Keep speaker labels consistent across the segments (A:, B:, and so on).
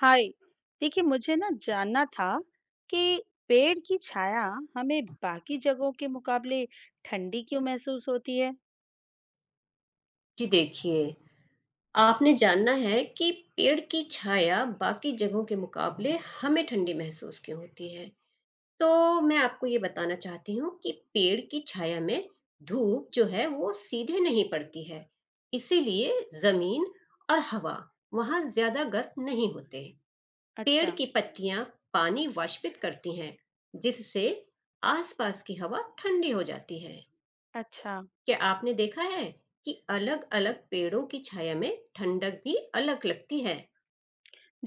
A: हाय। देखिए मुझे ना जानना था कि पेड़ की छाया हमें बाकी जगहों के मुकाबले ठंडी क्यों महसूस होती है।
B: जी देखिए, आपने जानना है कि पेड़ की छाया बाकी जगहों के मुकाबले हमें ठंडी महसूस क्यों होती है। तो मैं आपको ये बताना चाहती हूँ कि पेड़ की छाया में धूप जो है वो सीधे नहीं पड़ती है। इसीलिए जमीन और हवा वहाँ ज्यादा गर्म नहीं होते। पेड़
A: अच्छा।
B: की पत्तियां पानी वाष्पित करती हैं, जिससे आसपास की हवा ठंडी हो जाती है।
A: अच्छा।
B: क्या आपने देखा है कि अलग-अलग पेड़ों की छाया में ठंडक भी अलग लगती है?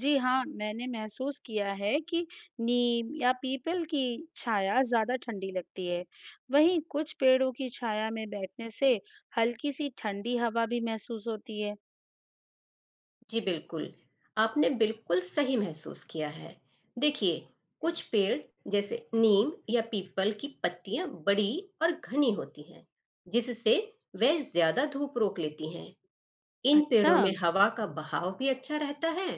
A: जी हाँ, मैंने महसूस किया है कि नीम या पीपल की छाया ज्यादा ठंडी लगती है। वहीं कुछ पेड़ों की छाया में बैठने से हल्की सी ठंडी हवा भी महसूस होती है।
B: जी बिल्कुल, आपने बिल्कुल सही महसूस किया है। देखिए, कुछ पेड़ जैसे नीम या पीपल की पत्तियां बड़ी और घनी होती हैं, जिससे वे ज्यादा धूप रोक लेती हैं। इन
A: अच्छा।
B: पेड़ों में हवा का बहाव भी अच्छा रहता है,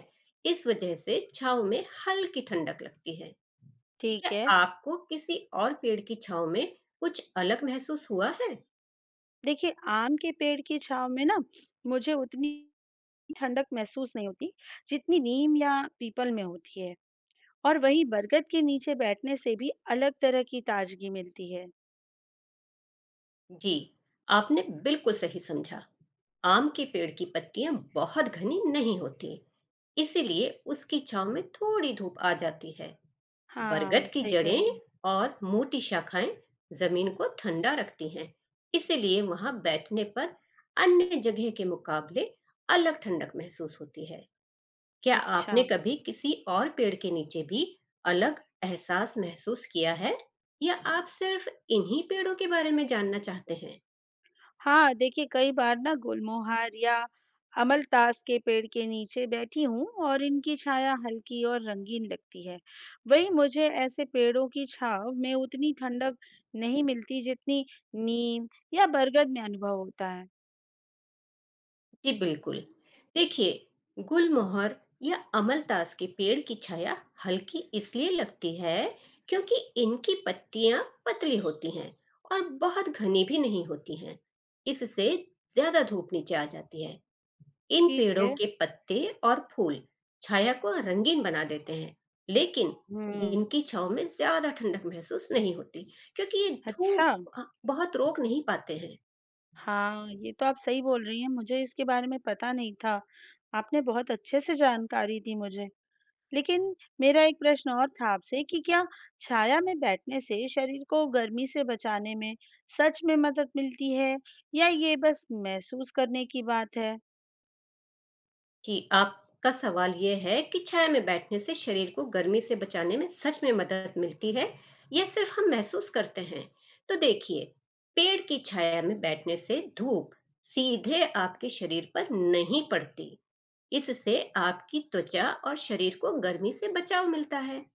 B: इस वजह से छांव में हल्की ठंडक लगती है।
A: ठीक
B: क्या
A: है।
B: आपको किसी और पेड़ की छांव में कुछ अलग महसूस हुआ है?
A: देखिए आम के पेड़ की छाव में ना मुझे उतनी ठंडक महसूस नहीं होती, जितनी नीम या पीपल में होती है। और वहीं बरगद के नीचे बैठने से भी अलग तरह की ताजगी मिलती है।
B: जी, आपने बिल्कुल सही समझा। आम के पेड़ की पत्तियां बहुत घनी नहीं होती, इसीलिए उसकी छांव में थोड़ी धूप आ जाती है।
A: हाँ,
B: बरगद की
A: सही कह रहे
B: जड़ें
A: हैं।
B: और मोटी शाखाएं जमीन को ठंडा रखती हैं, इसीलिए वहां बैठने पर अन्य जगह के मुकाबले अलग ठंडक महसूस होती है। क्या
A: अच्छा।
B: आपने कभी किसी और पेड़ के नीचे भी अलग एहसास महसूस किया है, या आप सिर्फ इन्हीं पेड़ों के बारे में जानना चाहते हैं?
A: हाँ, देखिए कई बार ना गुलमोहर या अमलतास के पेड़ के नीचे बैठी हूँ और इनकी छाया हल्की और रंगीन लगती है। वहीं मुझे ऐसे पेड़ों की छाँव में उतनी ठंडक नहीं मिलती जितनी नीम या बरगद में अनुभव होता है।
B: जी बिल्कुल, देखिए, गुलमोहर या अमलतास के पेड़ की छाया हल्की इसलिए लगती है क्योंकि इनकी पत्तियां पतली होती हैं और बहुत घनी भी नहीं होती हैं। इससे ज्यादा धूप नीचे आ जाती है। इन
A: ठीक
B: पेड़ों
A: है।
B: के पत्ते और फूल छाया को रंगीन बना देते हैं, लेकिन
A: हुँ।
B: इनकी छाव में ज्यादा ठंडक महसूस नहीं होती क्योंकि ये
A: अच्छा।
B: धूप बहुत रोक नहीं पाते हैं।
A: हाँ, ये तो आप सही बोल रही हैं, मुझे इसके बारे में पता नहीं था। आपने बहुत अच्छे से जानकारी दी मुझे। लेकिन मेरा एक प्रश्न और था आपसे कि क्या छाया में बैठने से शरीर को गर्मी से बचाने में सच में मदद मिलती है या ये बस महसूस करने की बात है?
B: जी, आपका सवाल ये है कि छाया में बैठने से शरीर को गर्मी से बचाने में सच में मदद मिलती है या सिर्फ हम महसूस करते हैं? तो देखिए, पेड़ की छाया में बैठने से धूप सीधे आपके शरीर पर नहीं पड़ती। इससे आपकी त्वचा और शरीर को गर्मी से बचाव मिलता है।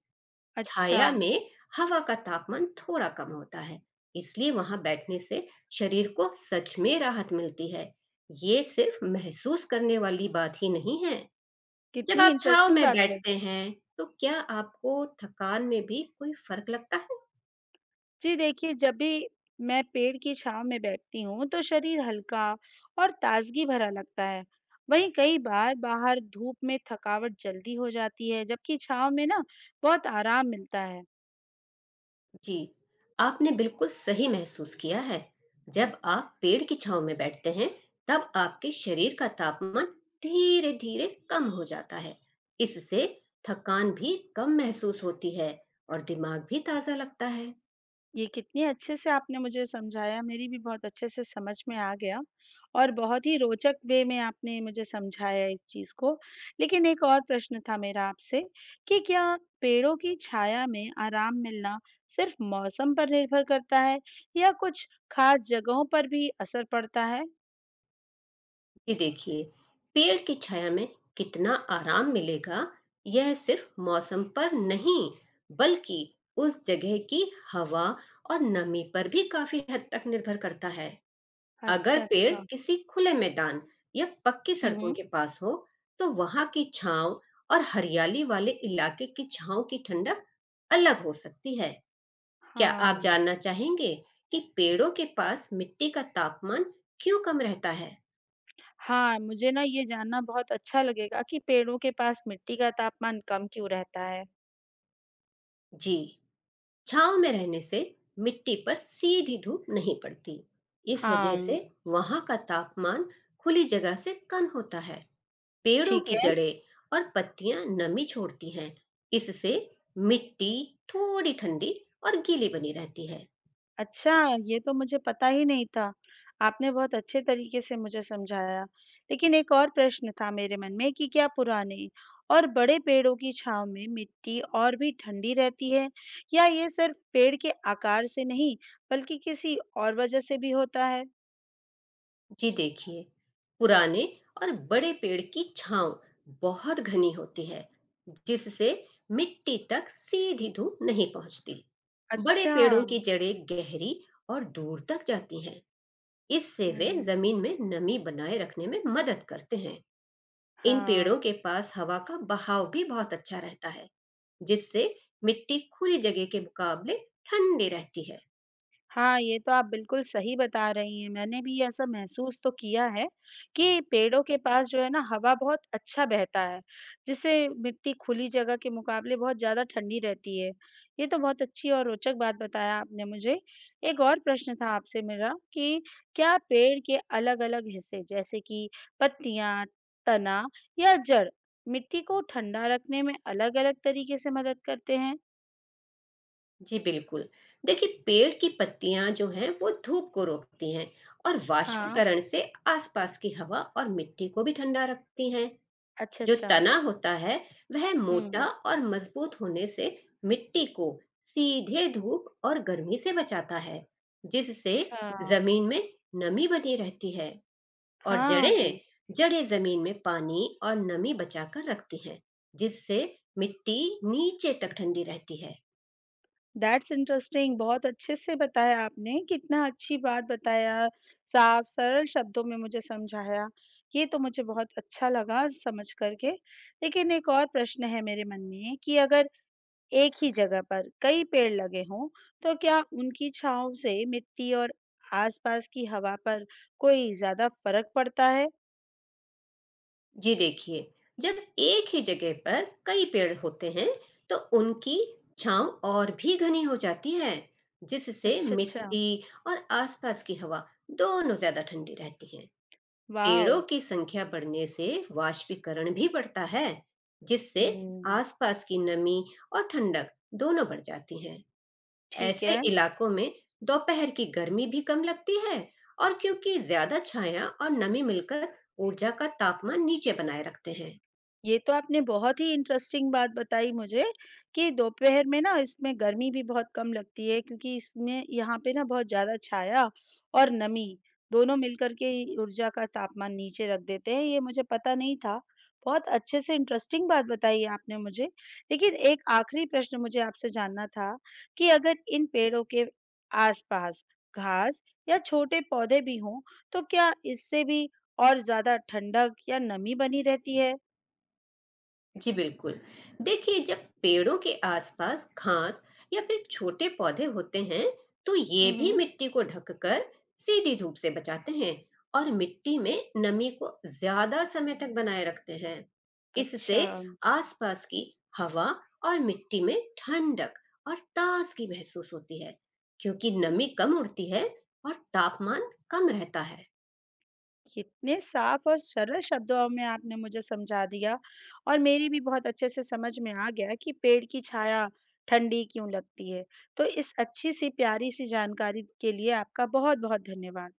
A: अच्छा।
B: छाया में हवा का तापमान थोड़ा कम होता है, इसलिए वहां बैठने से शरीर को सच में राहत मिलती है। ये सिर्फ महसूस करने वाली बात ही नहीं है। जब
A: कितनी
B: आप छाव
A: इंटरेस्टिंग
B: में
A: बात है।
B: बैठते हैं, तो क्या आपको थकान में भी कोई फर्क लगता है?
A: जी देखिए, जब भी मैं पेड़ की छाँव में बैठती हूँ, तो शरीर हल्का और ताज़गी भरा लगता है। वहीं कई बार बाहर धूप में थकावट जल्दी हो जाती है, जबकि छाँव में ना बहुत आराम मिलता है।
B: जी, आपने बिल्कुल सही महसूस किया है। जब आप पेड़ की छाँव में बैठते हैं, तब आपके शरीर का तापमान धीरे-धीरे कम हो जाता है। इससे थकान भी कम महसूस होती है और दिमाग भी ताज़ा लगता है।
A: ये कितने अच्छे से आपने मुझे समझाया, मेरी भी बहुत अच्छे से समझ में आ गया और बहुत ही रोचक वे में आपने मुझे समझाया इस चीज़ को। लेकिन एक और प्रश्न था मेरा आपसे कि क्या पेड़ों की छाया में आराम मिलना सिर्फ मौसम पर निर्भर करता है या कुछ खास जगहों पर भी असर पड़ता है?
B: ये देखिए, पेड़ की छाया में कितना आराम मिलेगा, यह सिर्फ मौसम पर नहीं, बल्कि उस जगह की हवा और नमी पर भी काफी हद तक निर्भर करता है। अगर
A: अच्छा,
B: पेड़
A: अच्छा।
B: किसी खुले मैदान या पक्की
A: हुँ,
B: सड़कों
A: हुँ।
B: के पास हो, तो वहां की छांव और हरियाली वाले इलाके की छांव की ठंडक अलग हो सकती है। क्या आप
A: हाँ।
B: जानना चाहेंगे कि पेड़ों के पास मिट्टी का तापमान क्यों कम रहता है?
A: हाँ, मुझे ना ये जानना बहुत अच्छा लगेगा कि पेड़ों के पास मिट्टी का तापमान कम क्यों रहता है।
B: जी, छांव में रहने से मिट्टी पर सीधी धूप नहीं पड़ती, इस वजह से
A: हाँ,
B: वहां का तापमान खुली जगह से कम होता है। पेड़ों
A: ठीक
B: की
A: है।
B: जड़ें और पत्तियां नमी छोड़ती हैं, इससे मिट्टी थोड़ी ठंडी और गीली बनी रहती है।
A: अच्छा, ये तो मुझे पता ही नहीं था। आपने बहुत अच्छे तरीके से मुझे समझाया। लेकिन एक और प्रश्न था मेरे मन में कि क्या पुराने और बड़े पेड़ों की छाँव में मिट्टी और भी ठंडी रहती है या ये सिर्फ पेड़ के आकार से नहीं बल्कि किसी और वजह से भी होता है?
B: जी देखिए, पुराने और बड़े पेड़ की छांव बहुत घनी होती है, जिससे मिट्टी तक सीधी धूप नहीं पहुंचती। बड़े
A: अच्छा।
B: पेड़ों की जड़ें गहरी और दूर तक जाती हैं, इससे वे
A: हुँ,
B: जमीन में नमी बनाए रखने में मदद करते हैं। इन
A: हाँ।
B: पेड़ों के पास हवा का बहाव भी बहुत अच्छा रहता है, जिससे मिट्टी खुली जगह के मुकाबले ठंडी रहती है।
A: हाँ, ये तो आप बिल्कुल सही बता रही हैं। मैंने भी ऐसा महसूस तो किया है कि पेड़ों के पास जो है ना हवा बहुत अच्छा बहता है, जिससे मिट्टी खुली जगह के मुकाबले बहुत ज़्यादा ठंडी रहती है। ये तो बहुत अच्छी और रोचक बात बताया आपने मुझे। एक और प्रश्न था आपसे मेरा कि क्या पेड़ के अलग-अलग हिस्से जैसे कि पत्तियाँ, तना या जड़ मिट्टी को ठंडा रखने में अलग-अलग तरीके से मदद करते हैं?
B: जी बिल्कुल, देखिए, पेड़ की पत्तियां जो हैं वो धूप को रोकती हैं और
A: हाँ,
B: वाष्पीकरण से आसपास की हवा और मिट्टी को भी ठंडा रखती हैं।
A: अच्छा,
B: जो
A: अच्छा।
B: तना होता है, वह
A: हुँ।
B: मोटा और मजबूत होने से मिट्टी को सीधे धूप और गर्मी से बचाता है, जिससे
A: अच्छा।
B: जमीन में नमी बनी रहती है। और
A: हाँ,
B: जड़ें जड़ें जमीन में पानी और नमी बचाकर रखती हैं, जिससे मिट्टी नीचे तक ठंडी रहती है।
A: That's interesting. बहुत अच्छे से बताया आपने, कितना अच्छी बात बताया, साफ सरल शब्दों में मुझे समझाया, ये तो मुझे बहुत अच्छा लगा समझ कर के। लेकिन एक और प्रश्न है मेरे मन में कि अगर एक ही जगह पर कई पेड़ लगे हों, तो क्या उनकी छाँव से मिट्टी और आसपास की हवा पर कोई ज़्यादा फ़र्क पड़ता है?
B: जी देखिए, जब एक ही जगह पर कई पेड़ होते हैं, तो उनकी छांव और भी घनी हो जाती है, जिससे
A: अच्छा, अच्छा,
B: मिट्टी और आसपास की हवा दोनों ज्यादा ठंडी रहती है।
A: वाओ!
B: पेड़ों की संख्या बढ़ने से वाष्पीकरण भी बढ़ता है, जिससे
A: हुँ,
B: आसपास की नमी और ठंडक दोनों बढ़ जाती है।
A: ठीक
B: ऐसे
A: है।
B: इलाकों में दोपहर की गर्मी भी कम लगती है, और क्योंकि ज्यादा छाया और नमी मिलकर ऊर्जा का तापमान नीचे बनाए रखते हैं।
A: ये तो आपने बहुत ही इंटरेस्टिंग बात बताई मुझे कि दोपहर में ना इसमें गर्मी भी बहुत कम लगती है, क्योंकि इसमें यहाँ पे ना बहुत ज्यादा छाया और नमी दोनों मिलकर के ही ऊर्जा का तापमान नीचे रख देते हैं। ये मुझे पता नहीं था। बहुत अच्छे से इंटरेस्टिंग बात बताई है आपने मुझे। लेकिन एक आखिरी प्रश्न मुझे आपसे जानना था कि अगर इन पेड़ों के आसपास घास या छोटे पौधे भी हों तो क्या इससे भी और ज्यादा ठंडक या नमी बनी रहती है?
B: जी बिल्कुल, देखिए, जब पेड़ों के आसपास घास या फिर छोटे पौधे होते हैं, तो ये
A: हुँ,
B: भी
A: हुँ।
B: मिट्टी को ढककर सीधी धूप से बचाते हैं और मिट्टी में नमी को ज्यादा समय तक बनाए रखते हैं।
A: अच्छा,
B: इससे आसपास की हवा और मिट्टी में ठंडक और ताजगी महसूस होती है, क्योंकि नमी कम उड़ती है और तापमान कम रहता है।
A: कितने साफ और सरल शब्दों में आपने मुझे समझा दिया और मेरी भी बहुत अच्छे से समझ में आ गया कि पेड़ की छाया ठंडी क्यों लगती है। तो इस अच्छी-सी प्यारी-सी जानकारी के लिए आपका बहुत-बहुत धन्यवाद।